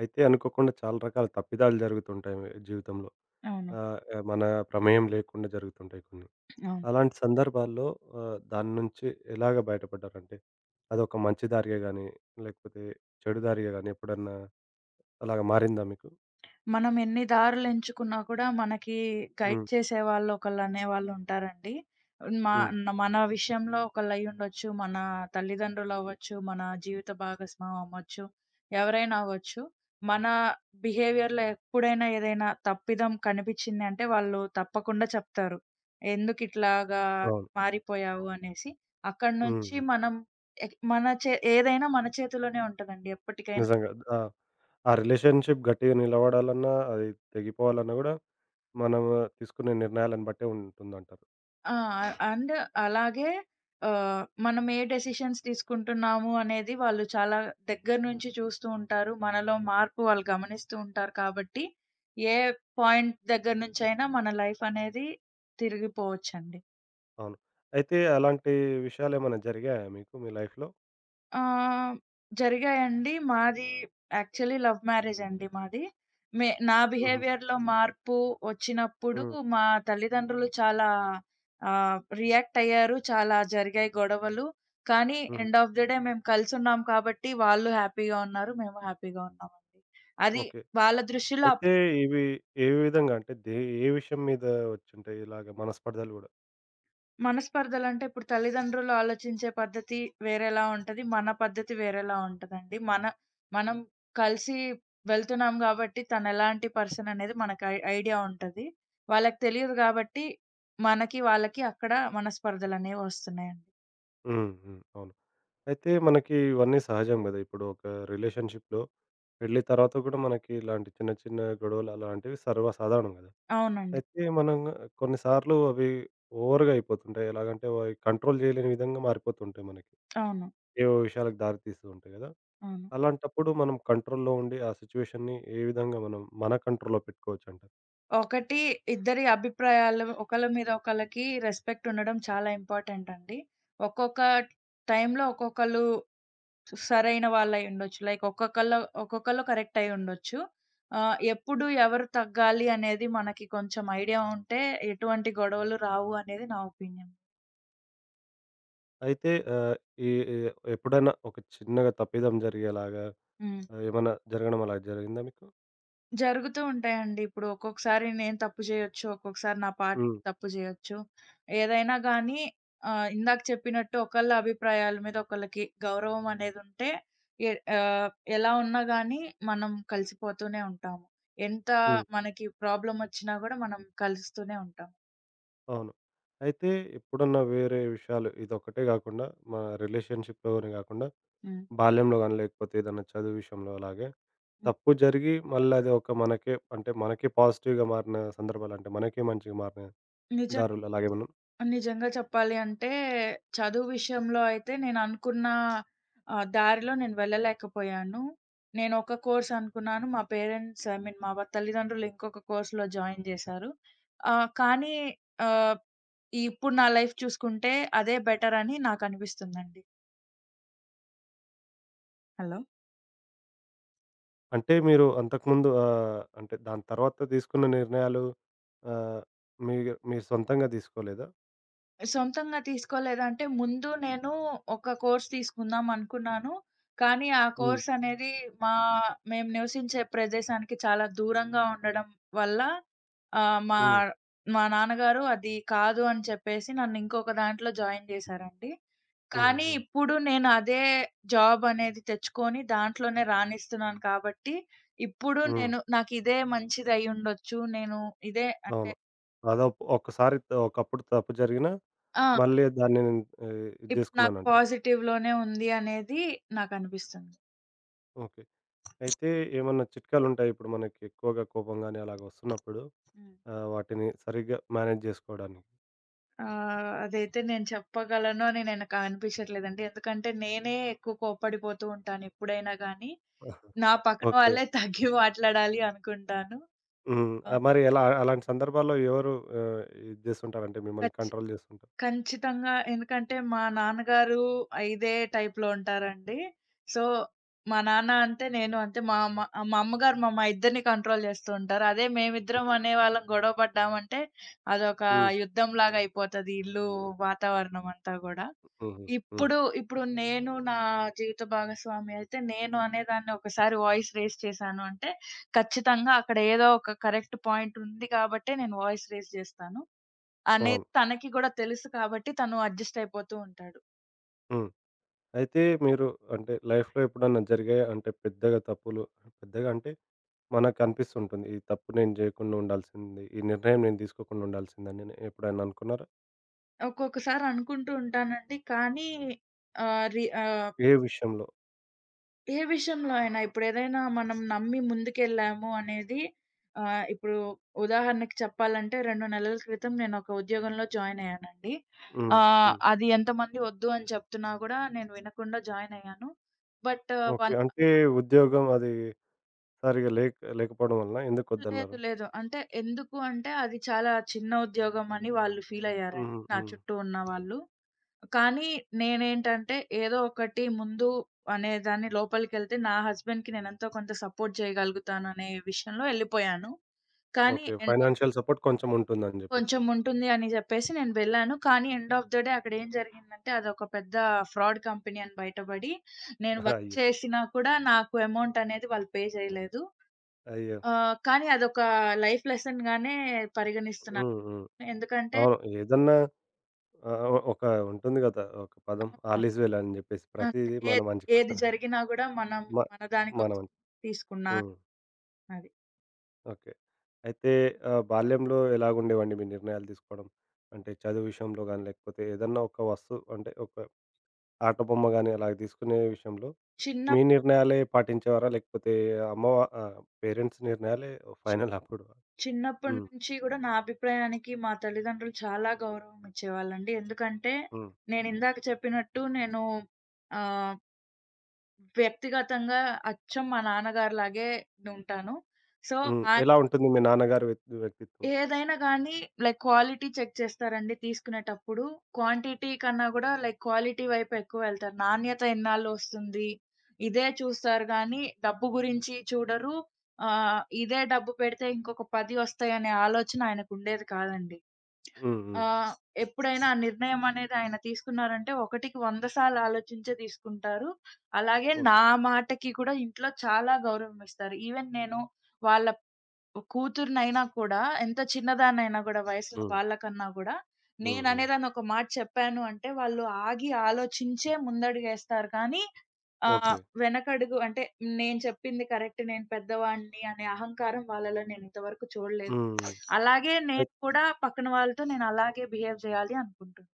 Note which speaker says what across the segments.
Speaker 1: అయితే అనుకోకుండా చాలా రకాల తప్పిదాలు జరుగుతుంటాయి మీ జీవితంలో.
Speaker 2: అవును.
Speaker 1: ఆహ్, ఆహ్, మన ప్రమేయం లేకుండా జరుగుతుంటాయి కొన్ని.
Speaker 2: అవును.
Speaker 1: అలాంటి సందర్భాల్లో దాని నుంచి ఎలాగ బయటపడ్డారంటే, అదొక మంచి దారిగా గాని, లేకపోతే చెడు దారిగా గాని ఎప్పుడన్నా అలాగ మారిందా మీకు?
Speaker 2: మనం ఎన్ని దారులు ఎంచుకున్నా కూడా మనకి గైడ్
Speaker 1: హ్మ్.
Speaker 2: చేసేవాళ్ళు ఒకళ్ళనేవాళ్ళుంటారండి. మా
Speaker 1: హ్మ్.
Speaker 2: మన విషయంలో ఒకళ్ళయ్యుండొచ్చు, మన తల్లిదండ్రులవ్వచ్చు, మన జీవిత భాగస్వామి అవ్వచ్చు, ఎవరైనా అవ్వచ్చు. మన బిహేవియర్‌లో ఎప్పుడైనా ఏదైనా తప్పిదం కనిపిచ్చింది అంటే వాళ్ళు తప్పకుండా చెప్తారు. ఎందుకిట్లాగా
Speaker 1: అవును.
Speaker 2: మారిపోయావు అనేసి. అక్కడి
Speaker 1: హ్మ్.
Speaker 2: నుంచి
Speaker 1: హ్మ్.
Speaker 2: మనం ఎక్ మన చే ఏదైనా మన చేతిలోనే ఉంటదండి ఎప్పటికైనా.
Speaker 1: నిజంగా. ఆ! ఆ రిలేషన్‌షిప్ గట్టిగా నిలబడాలన్నా, అది తెగిపోవాలన్నా గూడా మనము తీసుకునే నిర్ణయాలను బట్టే ఉంటుందంటారు.
Speaker 2: ఆ! అండ్ అలాగే మనం ఏ డెసిషన్స్ తీసుకుంటున్నాము అనేది వాళ్ళు చాలా దగ్గర నుంచి చూస్తూ ఉంటారు. మనలో మార్పు వాళ్ళు గమనిస్తూ ఉంటారు కాబట్టి, ఏ పాయింట్ దగ్గర నుంచైనా మన లైఫ్ అనేది తిరిగిపోవచ్చండి.
Speaker 1: అవును. అయితే అలాంటి విషయాలేమైనా జరిగాయా మీకు మీ లైఫ్‌లో?
Speaker 2: ఆహ్, జరిగాయండి. మాది యాక్చువల్లీ లవ్ మ్యారేజ్ అండి మాది. నా
Speaker 1: హుహు.
Speaker 2: బిహేవియర్‌లో మార్పు వచ్చినప్పుడు
Speaker 1: హ్మ్.
Speaker 2: మా తల్లిదండ్రులు చాలా రియాక్ట్ అయ్యారు. చాలా జరిగాయి గొడవలు. కానీ
Speaker 1: హుహు.
Speaker 2: ఎండ్ ఆఫ్ ది డే మేము కలిసున్నాం కాబట్టి వాళ్ళు హ్యాపీగా ఉన్నారు. మేము హ్యాపీగా ఉన్నామండి. అది
Speaker 1: ఓకే.
Speaker 2: వాళ్ళ దృష్టిలో
Speaker 1: అయితే
Speaker 2: అప్పుడు.
Speaker 1: ఇవి ఏ విధంగా అంటే ఏ విషయం మీద వచ్చుంటాయి ఇలాగ మనస్పర్ధలు గూడా?
Speaker 2: మనస్పర్ధలంటే ఇప్పుడు తల్లిదండ్రులు ఆలోచించే పద్ధతి వేరేలా ఉంటది. మన పద్ధతి వేరేలా ఉంటదండి. మనం కలిసి వెళ్తున్నాం గాబట్టి తనెలాంటి పర్సన్ అనేది మనకు ఐడియా ఉంటది. వాళ్ళకి తెలియదు గాబట్టి, మనకి, వాళ్ళకి అక్కడ మనస్పర్ధలనేవి వస్తున్నాయండి.
Speaker 1: హ్మ్. హ్మ్. అవును. అయితే మనకి ఇవన్నీ సహజం గదా! ఇప్పుడు ఒక రిలేషన్‌షిప్‌లో పెళ్లి తర్వాత గూడా మనకి ఇలాంటి చిన్న చిన్న గొడవలు అలాంటివి సర్వసాధారణం గదా!
Speaker 2: అవునండి.
Speaker 1: అయితే మనం కొన్ని సార్లు అవి ఓవర్‌గా అయిపోతుంటాయి. ఎలాగంటే అవి కంట్రోల్ జేయలేని విధంగా మారిపోతుంటాయి మనకి.
Speaker 2: అవును.
Speaker 1: ఏవో విషయాలకు దారి తీస్తూ ఉంటాయి గదా!
Speaker 2: అవును.
Speaker 1: అలాంటప్పుడు మనం కంట్రోల్‌లో ఉండి ఆ సిట్యుయేషన్‌ని ఏ విధంగా మనం మన కంట్రోల్‌లో పెట్టుకోవచ్చంటావు?
Speaker 2: ఒకటి, ఇద్దరి అభిప్రాయాలు ఒకళ్ళ మీద ఒకళ్ళకి రెస్పెక్ట్ ఉండడం చాలా ఇంపార్టెంట్ అండి. ఒక్కొక్క టైంలో ఒక్కొక్కళ్ళు సరైన వాళ్ళై ఉండొచ్చు. లైక్ ఒక్కొక్కళ్ళు కరెక్ట్ అయ్యి ఉండొచ్చు. ఎప్పుడు ఎవరు తగ్గాలి అనేది మనకి కొంచెం ఐడియా ఉంటే ఎటువంటి గొడవలు రావు అనేది నా ఒపీనియన్.
Speaker 1: అయితే ఈ ఈ ఎప్పుడైనా ఒక చిన్నగా తప్పిదం జరిగేలాగా
Speaker 2: హ్మ్.
Speaker 1: ఏమన్నా జరగడం అలా జరిగిందా మీకు?
Speaker 2: జరుగుతూ ఉంటాయండి. ఇప్పుడు ఒక్కొక్కసారి నేను తప్పు చేయొచ్చు. ఒక్కొక్కసారి నా పార్ట్
Speaker 1: హ్మ్.
Speaker 2: తప్పు చేయొచ్చు. ఏదైనా గానీ ఇందాక చెప్పినట్టు ఒకళ్ళ అభిప్రాయాల మీద ఒకళ్ళకి గౌరవం అనేదుంటే ఎ ఆహ్, ఎలా ఉన్నా గానీ మనం కలిసిపోతూనే ఉంటాము. ఎంత
Speaker 1: హ్మ్.
Speaker 2: మనకి ప్రాబ్లమొచ్చినా గూడా మనం కలుస్తూనే ఉంటాం.
Speaker 1: అవును. అయితే ఎప్పుడన్నా వేరే విషయాలు ఇదొక్కటే గాకుండా మన రిలేషన్‌షిప్‌లోనే గాకుండా
Speaker 2: హ్మ్.
Speaker 1: బాల్యంలో గాని లేకపోతే ఏదన్నా చదువు విషయంలో అలాగే
Speaker 2: హ్మ్.
Speaker 1: తప్పు జరిగి మళ్ళీ అది ఒక మనకే అంటే మనకే పాజిటివ్‌గా మారిన సందర్భాలు అంటే మనకే మంచిగా మారిన
Speaker 2: నిజం.
Speaker 1: దారులు అలాగేమన్నా
Speaker 2: నిజంగా చెప్పాలి అంటే, చదువు విషయంలో అయితే నేననుకున్న దారిలో నేను వెళ్ళలేకపోయాను. నేనొక కోర్స్ అనుకున్నాను. మా పేరెంట్స్ ఐ మీన్ మా తల్లిదండ్రులు ఇంకొక కోర్స్‌లో జాయిన్ జేశారు. కానీ ఆహ్, ఇప్పుడు నా లైఫ్ చూసుకుంటే అదే బెటరని నాకనిపిస్తుందండి. హలో!
Speaker 1: అంటే మీరు అంతకుముందు అంటే దాని తర్వాత తీసుకున్న నిర్ణయాలు ఆహ్, మీ మీ సొంతంగా తీసుకోలేదా?
Speaker 2: సొంతంగా తీసుకోలేదంటే, ముందు నేను ఒక కోర్స్ తీసుకుందాం అనుకున్నాను. కానీ, ఆ
Speaker 1: హ్మ్.
Speaker 2: కోర్స్ అనేది మా మేము నివసించే ప్రదేశానికి చాలా దూరంగా ఉండడం వల్ల ఆహ్, మా
Speaker 1: హ్మ్.
Speaker 2: మా నాన్నగారు అది కాదు అని చెప్పేసి నన్ను ఇంకొక దాంట్లో జాయిన్ జేశారండి.
Speaker 1: హుహు.
Speaker 2: కానీ,
Speaker 1: హ్మ్.
Speaker 2: ఇప్పుడు నేను అదే జాబ్ అనేది తెచ్చుకొని దాంట్లోనే రాణిస్తున్నాను కాబట్టి, ఇప్పుడు
Speaker 1: హ్మ్.
Speaker 2: నేను నాకిదే మంచిదయ్యుండొచ్చు. నేను ఇదే అంటే
Speaker 1: అవును. అదో ఒక్కసారి ఒకప్పుడు తప్పు జరిగినా
Speaker 2: ఆ!
Speaker 1: మళ్ళీ దాన్ని నేను ఇది
Speaker 2: నాకు
Speaker 1: జేసుకున్నానంటారు.
Speaker 2: పాజిటివ్‌లోనే ఉంది అనేది నాకనిపిస్తుంది.
Speaker 1: ఓకే. అయితే ఏమన్నా చిట్కాలుంటాయా ఇప్పుడు మనకి ఎక్కువగా కోపం గాని అలాగ వస్తున్నప్పుడు
Speaker 2: హ్మ్.
Speaker 1: వాటిని సరిగ్గా మేనేజ్ జేసుకోవడానికి?
Speaker 2: అదైతే నేను చెప్పగలను అని నేను నాకు అనిపించట్లేదండి. ఎందుకంటే నేనే ఎక్కువ కోప్పడిపోతూ ఉంటాను ఎప్పుడైనా గానీ. నా పక్కన
Speaker 1: ఓకే.
Speaker 2: వాళ్ళే తగ్గి మాట్లాడాలి అనుకుంటాను.
Speaker 1: హ్మ్.
Speaker 2: ఆహ్
Speaker 1: మరి ఎలా అలాంటి సందర్భాల్లో ఎవరు ఆహ్, ఇది జేస్తుంటారంటే మిమ్మల్ని కంట్రోల్ జేస్తుంటారు?
Speaker 2: ఖచ్చితంగా. ఎందుకంటే, మా నాన్నగారు ఇదే టైప్‌లో ఉంటారండి. సో, మా నాన్న అంతే, నేను అంతే. మా అమ్మగారు మా మా ఇద్దరిని కంట్రోల్ చేస్తూ ఉంటారు. అదే మేమిద్దరం
Speaker 1: హుహు.
Speaker 2: అనేవాళ్ళం గొడవ పడ్డామంటే, అదొక
Speaker 1: హ్మ్.
Speaker 2: యుద్ధంలాగా అయిపోతది ఇల్లు, వాతావరణం అంతా గూడా.
Speaker 1: హుహు. హ్మ్.
Speaker 2: ఇప్పుడు, ఇప్పుడు నేను నా జీవిత భాగస్వామి అయితే, నేను అనేదాన్ని ఒకసారి వాయిస్ రేజ్ చేశాను అంటే, ఖచ్చితంగా అక్కడ ఏదో ఒక కరెక్ట్ పాయింట్ ఉంది కాబట్టే నేను వాయిస్ రేజ్ చేస్తాను. అనేది
Speaker 1: అవును.
Speaker 2: తనకి గూడా తెలుసు కాబట్టి తను అడ్జస్ట్ అయిపోతూ ఉంటాడు.
Speaker 1: హ్మ్. అయితే మీరు అంటే లైఫ్‌లో ఎప్పుడన్నా జరిగాయా? అంటే పెద్దగా తప్పులు పెద్దగా అంటే మనకు అనిపిస్తుంటుంది. ఈ తప్పు నేను జేయకుండా ఉండాల్సింది. ఈ నిర్ణయం నేను తీసుకోకుండా ఉండాల్సిందని అని ఎప్పుడైనా అనుకున్నారా?
Speaker 2: ఒక్కొక్కసారి అనుకుంటూ ఉంటానండి. కానీ ఆహ్, రి ఆహ్,
Speaker 1: ఏ విషయంలో?
Speaker 2: ఏ విషయంలో అయినా ఇప్పుడేదైనా మనం నమ్మి ముందుకెళ్ళాము అనేది ఆహ్, ఇప్పుడు ఉదాహరణకి చెప్పాలంటే 2 నెలల క్రితం నేనొక ఉద్యోగంలో జాయిన్ అయ్యానండి.
Speaker 1: హ్మ్. హ్మ్.
Speaker 2: అది ఎంతమంది వద్దు అని చెప్తున్నా గూడా నేను వినకుండా జాయిన్ అయ్యాను. But
Speaker 1: okay.
Speaker 2: వన్
Speaker 1: అంటే ఉద్యోగం అది సరిగ్గా లేక లేకపోవడం వలన
Speaker 2: లేదు,
Speaker 1: ఎందుకొద్దన్నారు?
Speaker 2: లేదు. అంటే ఎందుకు అంటే అది చాలా చిన్న ఉద్యోగం అని వాళ్ళు ఫీల్ అయ్యారండి
Speaker 1: హ్మ్.
Speaker 2: నా
Speaker 1: హ్మ్.
Speaker 2: చుట్టూ ఉన్నవాళ్ళు. కానీ నేనేంటంటే ఏదో ఒకటి ముందు అనేదాన్ని లోపలికెళ్తే నా హస్బెండ్‌కి నేనెంతో కొంత సపోర్ట్ చేయగలుగుతాననే విషయంలో ఎళ్ళిపోయాను. కానీ
Speaker 1: ఓకే.
Speaker 2: ఎండ్
Speaker 1: ఫైనాన్షియల్ సపోర్ట్ కొంచెం ఉంటుందని జెప్పేసి.
Speaker 2: కొంచెం ఉంటుంది అని చెప్పేసి నేను వెళ్ళాను. కానీ ఎండ్ ఆఫ్ ద డే అక్కడ ఏం జరిగిందంటే అదొక పెద్ద ఫ్రాడ్ కంపెనీ అని బయటపడి నేను వర్క్
Speaker 1: అయ్యో!
Speaker 2: చేసినా కూడా నాకు అమౌంట్ అనేది వాళ్ళు పే చేయలేదు.
Speaker 1: అయ్యో!
Speaker 2: కానీ అదొక లైఫ్ లెసన్‌గానే పరిగణిస్తున్నాను.
Speaker 1: హ్మ్. హ్మ్.
Speaker 2: ఎందుకంటే
Speaker 1: అవును. ఏదన్నా ఆహ్, ఒ ఒక ఉంటుంది గదా! ఒక పదం
Speaker 2: ఆ!
Speaker 1: ఆల్ ఈజ్ వెల్ అని జెప్పేసి
Speaker 2: అంతే.
Speaker 1: ప్రతీది మన మంచి
Speaker 2: ఏది
Speaker 1: కోసమే.
Speaker 2: జరిగినా గూడా మనం
Speaker 1: మ
Speaker 2: మన దాని
Speaker 1: మన
Speaker 2: కోసం
Speaker 1: మంచి.
Speaker 2: తీసుకున్నా
Speaker 1: హ్మ్.
Speaker 2: అది.
Speaker 1: ఓకే. అయితే బాల్యంలో ఎలాగుండేవండి మీ నిర్ణయాలు తీసుకోవడం? అంటే చదువు విషయంలో గాని, లేకపోతే ఏదన్నా ఒక వస్తువు అంటే ఒక ఆట బొమ్మ గాని అలాగ తీసుకునే విషయంలో
Speaker 2: చిన్న
Speaker 1: మీ నిర్ణయాలే పాటించేవారా? లేకపోతే పేరెంట్స్ నిర్ణయాలే ఫైనల్ అప్పుడు?
Speaker 2: చిన్నప్పటి
Speaker 1: హ్మ్.
Speaker 2: నుంచి గూడా నా అభిప్రాయానికి మా తల్లిదండ్రులు చాలా గౌరవం ఇచ్చేవాళ్ళండి. ఎందుకంటే
Speaker 1: హ్మ్.
Speaker 2: నేనిందాక చెప్పినట్టు నేను ఆహ్, వ్యక్తిగతంగా అచ్చం మా నాన్నగారిలాగే ఉంటాను. సో,
Speaker 1: హ్మ్.
Speaker 2: ఆ
Speaker 1: ఎలా ఉంటుంది మీ నాన్నగారి వ్యక్తిత్వం?
Speaker 2: ఏదైనా గానీ లైక్ క్వాలిటీ చెక్ చేస్తారండి తీసుకునేటప్పుడు. క్వాంటిటీ కన్నా గూడా లైక్ క్వాలిటీ వైపు ఎక్కువ వెళ్తారు. నాణ్యత ఎన్నాళ్ళొస్తుంది, ఇదే చూస్తారు గానీ డబ్బు గురించి చూడరు. ఇదే డబ్బు పెడితే ఇంకొక 10 వస్తాయనే ఆలోచన ఆయనకుండేది కాదండి.
Speaker 1: హ్మ్. హ్మ్.
Speaker 2: ఆహ్, ఎప్పుడైనా ఆ నిర్ణయం అనేది ఆయన తీసుకున్నారంటే, ఒకటికి 100 సార్లు ఆలోచించే తీసుకుంటారు. అలాగే
Speaker 1: ఓకే.
Speaker 2: నా మాటకి కూడా ఇంట్లో చాలా గౌరవం ఇస్తారు. ఈవెన్ నేను వాళ్ళ కూతురినైనా కూడా ఎంత చిన్నదాన్నైనా గూడా వయసులో
Speaker 1: హ్మ్.
Speaker 2: వాళ్ళకన్నా గూడా,
Speaker 1: హ్మ్. హ్మ్.
Speaker 2: నేననేదాన్ని ఒక మాట చెప్పాను అంటే వాళ్ళు ఆగి ఆలోచించే ముందడుగేస్తారు కానీ
Speaker 1: ఓకే.
Speaker 2: వెనకడుగు అంటే నేను చెప్పింది కరెక్ట్, నేను పెద్దవాడిని అనే అహంకారం వాళ్ళలో నేనింతవరకు చూడలేదు.
Speaker 1: హ్మ్.
Speaker 2: అలాగే నేను కూడా పక్కన వాళ్ళతో నేను అలాగే బిహేవ్ జేయాలి అనుకుంటున్నా.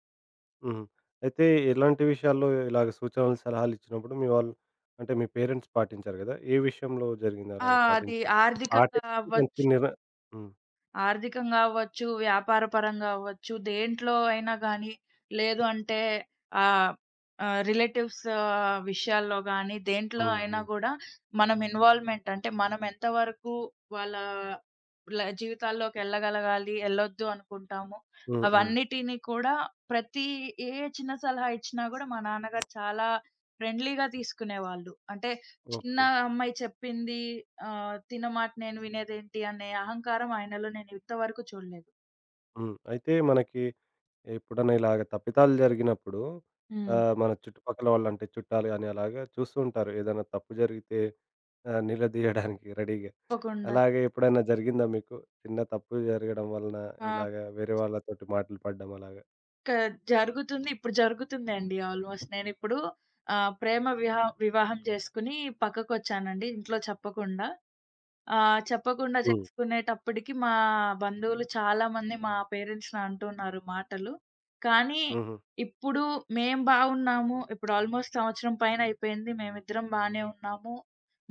Speaker 1: హుహు. అయితే ఎలాంటి విషయాల్లో ఇలాగ సూచనలు, సలహాలు ఇచ్చినప్పుడు మీ వాళ్ళు అంటే మీ పేరెంట్స్ పాటించారు గదా! ఏ విషయంలో జరిగింది
Speaker 2: ఆ!
Speaker 1: అలాగ
Speaker 2: అది
Speaker 1: పాటించ
Speaker 2: ఆర్థికంగా
Speaker 1: పాటించి
Speaker 2: అవ్వ
Speaker 1: మంచి నిర హ్మ్.
Speaker 2: ఆర్థికంగా అవ్వచ్చు, వ్యాపార పరంగా అవ్వచ్చు, దేంట్లో అయినా గానీ, లేదు అంటే ఆహ్, ఆహ్, రిలేటివ్స్ విషయాల్లో గానీ, దేంట్లో
Speaker 1: హ్మ్.
Speaker 2: అయినా
Speaker 1: హ్మ్.
Speaker 2: గూడా మనం ఇన్వాల్వ్‌మెంట్ అంటే మనం ఎంత వరకు వాళ్ళ ల జీవితాల్లోకెళ్ళగలగాలి, ఎళ్ళొద్దు అనుకుంటాము.
Speaker 1: హ్మ్. హ్మ్.
Speaker 2: అవన్నిటిని కూడా ప్రతి ఏ చిన్న సలహా ఇచ్చినా గూడా మా నాన్నగారు చాలా ఫ్రెండ్లీగా తీసుకునేవాళ్ళు. అంటే చిన్న
Speaker 1: ఓకే.
Speaker 2: అమ్మాయి చెప్పింది ఆహ్, తిన మాట నేను వినేదేంటి అనే అహంకారం ఆయనలో నేను ఇంతవరకు చూడలేదు.
Speaker 1: హ్మ్. అయితే మనకి ఎప్పుడన్నా ఇలాగ తప్పిదాలు జరిగినప్పుడు
Speaker 2: హ్మ్.
Speaker 1: మన చుట్టుపక్కల వాళ్ళు అంటే చుట్టాలు గాని అలాగా చూస్తూ ఉంటారు. ఏదైనా తప్పు జరిగితే నిలదీయడానికి రెడీగా.
Speaker 2: తప్పకుండా.
Speaker 1: అలాగే ఎప్పుడైనా జరిగిందా మీకు? చిన్న తప్పు జరగడం వలన
Speaker 2: ఆహ్,
Speaker 1: ఇలాగ వేరే వాళ్ళతోటి మాటలు పడడం అలాగా?
Speaker 2: క జరుగుతుంది. ఇప్పుడు జరుగుతుందండి ఆల్‌మోస్ట్. నేనిప్పుడు ఆహ్, ప్రేమ విహా వివాహం చేసుకొని పక్కకొచ్చానండి ఇంట్లో చెప్పకుండా. ఆ! చెప్పకుండా
Speaker 1: హ్మ్.
Speaker 2: చేసుకునేటప్పటికి మా బంధువులు చాలామంది మా పేరెంట్స్‌ని అంటున్నారు మాటలు. కానీ
Speaker 1: హుహు.
Speaker 2: ఇప్పుడు మేము బాగున్నాము. ఇప్పుడు ఆల్‌మోస్ట్ సంవత్సరం పైన అయిపోయింది. మేమిద్దరం బానే ఉన్నాము.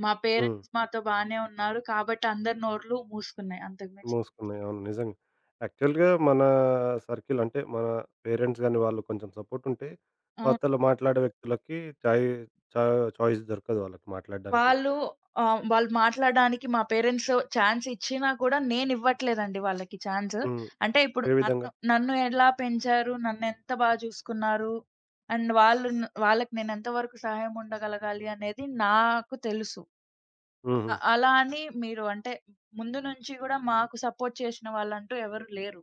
Speaker 2: మా
Speaker 1: హ్మ్.
Speaker 2: పేరెంట్స్ మాతో బానే ఉన్నారు. కాబట్టి అందరి నోర్లు మూసుకున్నాయి అంతకు మించి.
Speaker 1: మూసుకున్నాయి. అవును. నిజంగా. యాక్చువల్‌గా మన సర్కిల్ అంటే మన పేరెంట్స్ గాని వాళ్ళు కొంచెం సపోర్ట్ ఉంటే అవతల మాట్లాడే వ్యక్తులకి చాయ్ చా చాయిస్ దొరకదు వాళ్ళకి మాట్లాడడానికి.
Speaker 2: వాళ్ళు వాళ్ళు మాట్లాడడానికి మా పేరెంట్స్ ఛాన్స్ ఇచ్చినా కూడా నేనివ్వట్లేదండి వాళ్ళకి ఛాన్స్.
Speaker 1: హ్మ్.
Speaker 2: అంటే ఇప్పుడు
Speaker 1: ఏ విధంగా?
Speaker 2: నన్ను నన్ను ఎలా పెంచారు? నన్నెంత బా చూసుకున్నారు? అండ్ వాళ్ళు న్ వాళ్ళకి నేనెంత వరకు సహాయం ఉండగలగాలి అనేది నాకు తెలుసు.
Speaker 1: హుహు.
Speaker 2: అలా అని మీరు అంటే ముందు నుంచి గూడా మాకు సపోర్ట్ చేసిన వాళ్ళంటూ ఎవరు లేరు.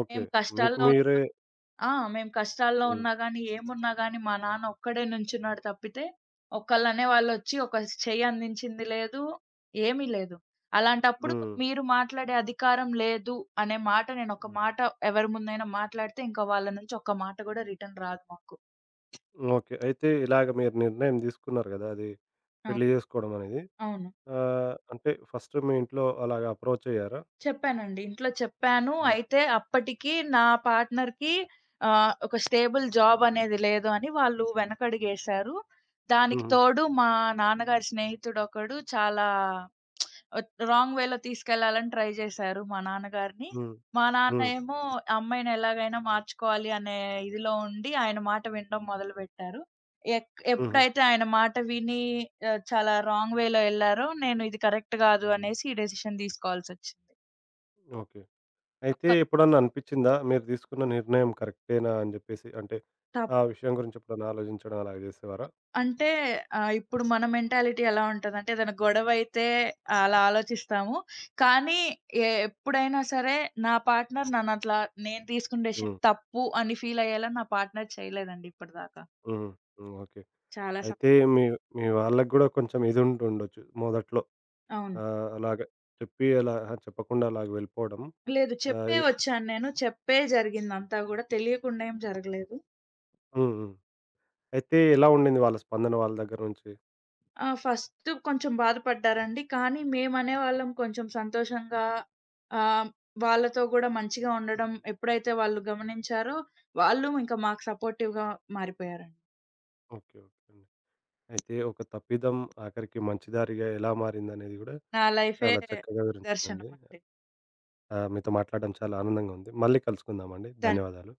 Speaker 1: ఓకే.
Speaker 2: మేము
Speaker 1: మీకు
Speaker 2: కష్టాల్లో
Speaker 1: మీరే
Speaker 2: ఆ! మేము కష్టాల్లో
Speaker 1: హ్మ్.
Speaker 2: ఉన్నా గాని, ఏమున్నా గాని మా నాన్న ఒక్కడే నుంచున్నాడు తప్పితే, ఒకళ్ళనే వాళ్ళొచ్చి ఒక చెయ్యి అందించింది లేదు, ఏమీ లేదు. అలాంటప్పుడు
Speaker 1: హ్మ్.
Speaker 2: మీరు మాట్లాడే అధికారం లేదు అనే మాట, నేనొక
Speaker 1: హ్మ్.
Speaker 2: మాట ఎవరి ముందైనా మాట్లాడితే, ఇంకా వాళ్ళ నుంచి ఒక్క మాట గూడా రిటర్న్ రాదు మాకు.
Speaker 1: ఓకే. అయితే ఇలాగ మీరు నిర్ణయం తీసుకున్నారు గదా! అది
Speaker 2: అవును.
Speaker 1: పెళ్లి జేసుకోవడం అనేది.
Speaker 2: అవును.
Speaker 1: అంటే ఫస్ట్ మీ ఇంట్లో అలాగా అప్రోచ్ అయ్యారా?
Speaker 2: చెప్పానండి. ఇంట్లో చెప్పాను.
Speaker 1: హ్మ్.
Speaker 2: అయితే అప్పటికి నా పార్ట్‌నర్‌కి ఒక స్టేబుల్ జాబ్ అనేది లేదు అని వాళ్ళు వెనకడుగేశారు. దానికి
Speaker 1: హుహు.
Speaker 2: తోడు మా నాన్నగారి స్నేహితుడొకడు చాలా రాంగ్ వేలో తీసుకెళ్లాలని ట్రై చేశారు మా నాన్నగారిని.
Speaker 1: హ్మ్.
Speaker 2: మా నాన్న
Speaker 1: హ్మ్.
Speaker 2: ఏమో అమ్మాయిని ఎలాగైనా మార్చుకోవాలి అనే ఇదిలో ఉండి ఆయన మాట వినడం మొదలుపెట్టారు.
Speaker 1: హుహు.
Speaker 2: ఎప్పుడైతే ఆయన మాట విని చాలా రాంగ్ వేలో ఎళ్లారో, నేను ఇది కరెక్ట్ కాదు అనేసి ఈ డెసిషన్ తీసుకోవాల్సొచ్చింది.
Speaker 1: ఓకే. అయితే ఎప్పుడన్నా అనిపిచ్చిందా? మీరు తీసుకున్న నిర్ణయం కరెక్టేనా అని జెప్పేసి? అంటే,
Speaker 2: తప్
Speaker 1: ఆ విషయం గురించి ఎప్పుడన్నా ఆలోచించడం అలాగ జేసేవారా?
Speaker 2: అంటే ఇప్పుడు మన మెంటాలిటీ ఎలా ఉంటదంటే ఏదైనా గొడవైతే అలా ఆలోచిస్తాము. కానీ ఎప్పుడైనా సరే నా పార్ట్‌నర్ నన్నట్లా నేను తీసుకున్న డెసిషన్
Speaker 1: హ్మ్.
Speaker 2: తప్పు అని ఫీల్ అయ్యేలా నా పార్ట్‌నర్ చేయలేదండి ఇప్పటిదాకా.
Speaker 1: హ్మ్. హ్మ్. ఓకే.
Speaker 2: చాలా
Speaker 1: అయితే
Speaker 2: సపోర్ట్.
Speaker 1: మీ మీ వాళ్ళకి గూడా కొంచెం ఇదుంటుండొచ్చు మొదట్లో.
Speaker 2: అవును.
Speaker 1: అలాగ చెప్పి అలా అహా! చెప్పకుండా అలాగ వెళ్ళిపోవడం.
Speaker 2: లేదు,
Speaker 1: ఆహ్,
Speaker 2: చెప్పే
Speaker 1: ఎ
Speaker 2: వచ్చాను నేను. చెప్పే జరిగిందంతా గూడా. తెలియకుండా ఏం జరగలేదు.
Speaker 1: హ్మ్. హ్మ్. అయితే ఎలా ఉండింది వాళ్ళ స్పందన వాళ్ళ దగ్గర నుంచి?
Speaker 2: ఆ! ఫస్ట్ కొంచెం బాధపడ్డారండి. కానీ మేమనేవాళ్ళం కొంచెం సంతోషంగా ఆహ్, వాళ్ళతో గూడా మంచిగా ఉండడం ఎప్పుడైతే వాళ్ళు గమనించారో, వాళ్ళు ఇంకా మాకు సపోర్టివ్‌గా మారిపోయారండి.
Speaker 1: ఓకే. ఓకే అండి. అయితే ఒక తప్పిదం ఆఖరికి మంచి దారిగా ఎలా మారిందనేది గూడా
Speaker 2: నా లైఫే
Speaker 1: చాలా చక్కగా వివరించారండి.
Speaker 2: దర్శనమండి.
Speaker 1: మీతో మాట్లాడడం చాలా ఆనందంగా ఉంది. మళ్ళీ కలుసుకుందామండి.
Speaker 2: ధన్య
Speaker 1: ధన్యవాదాలు.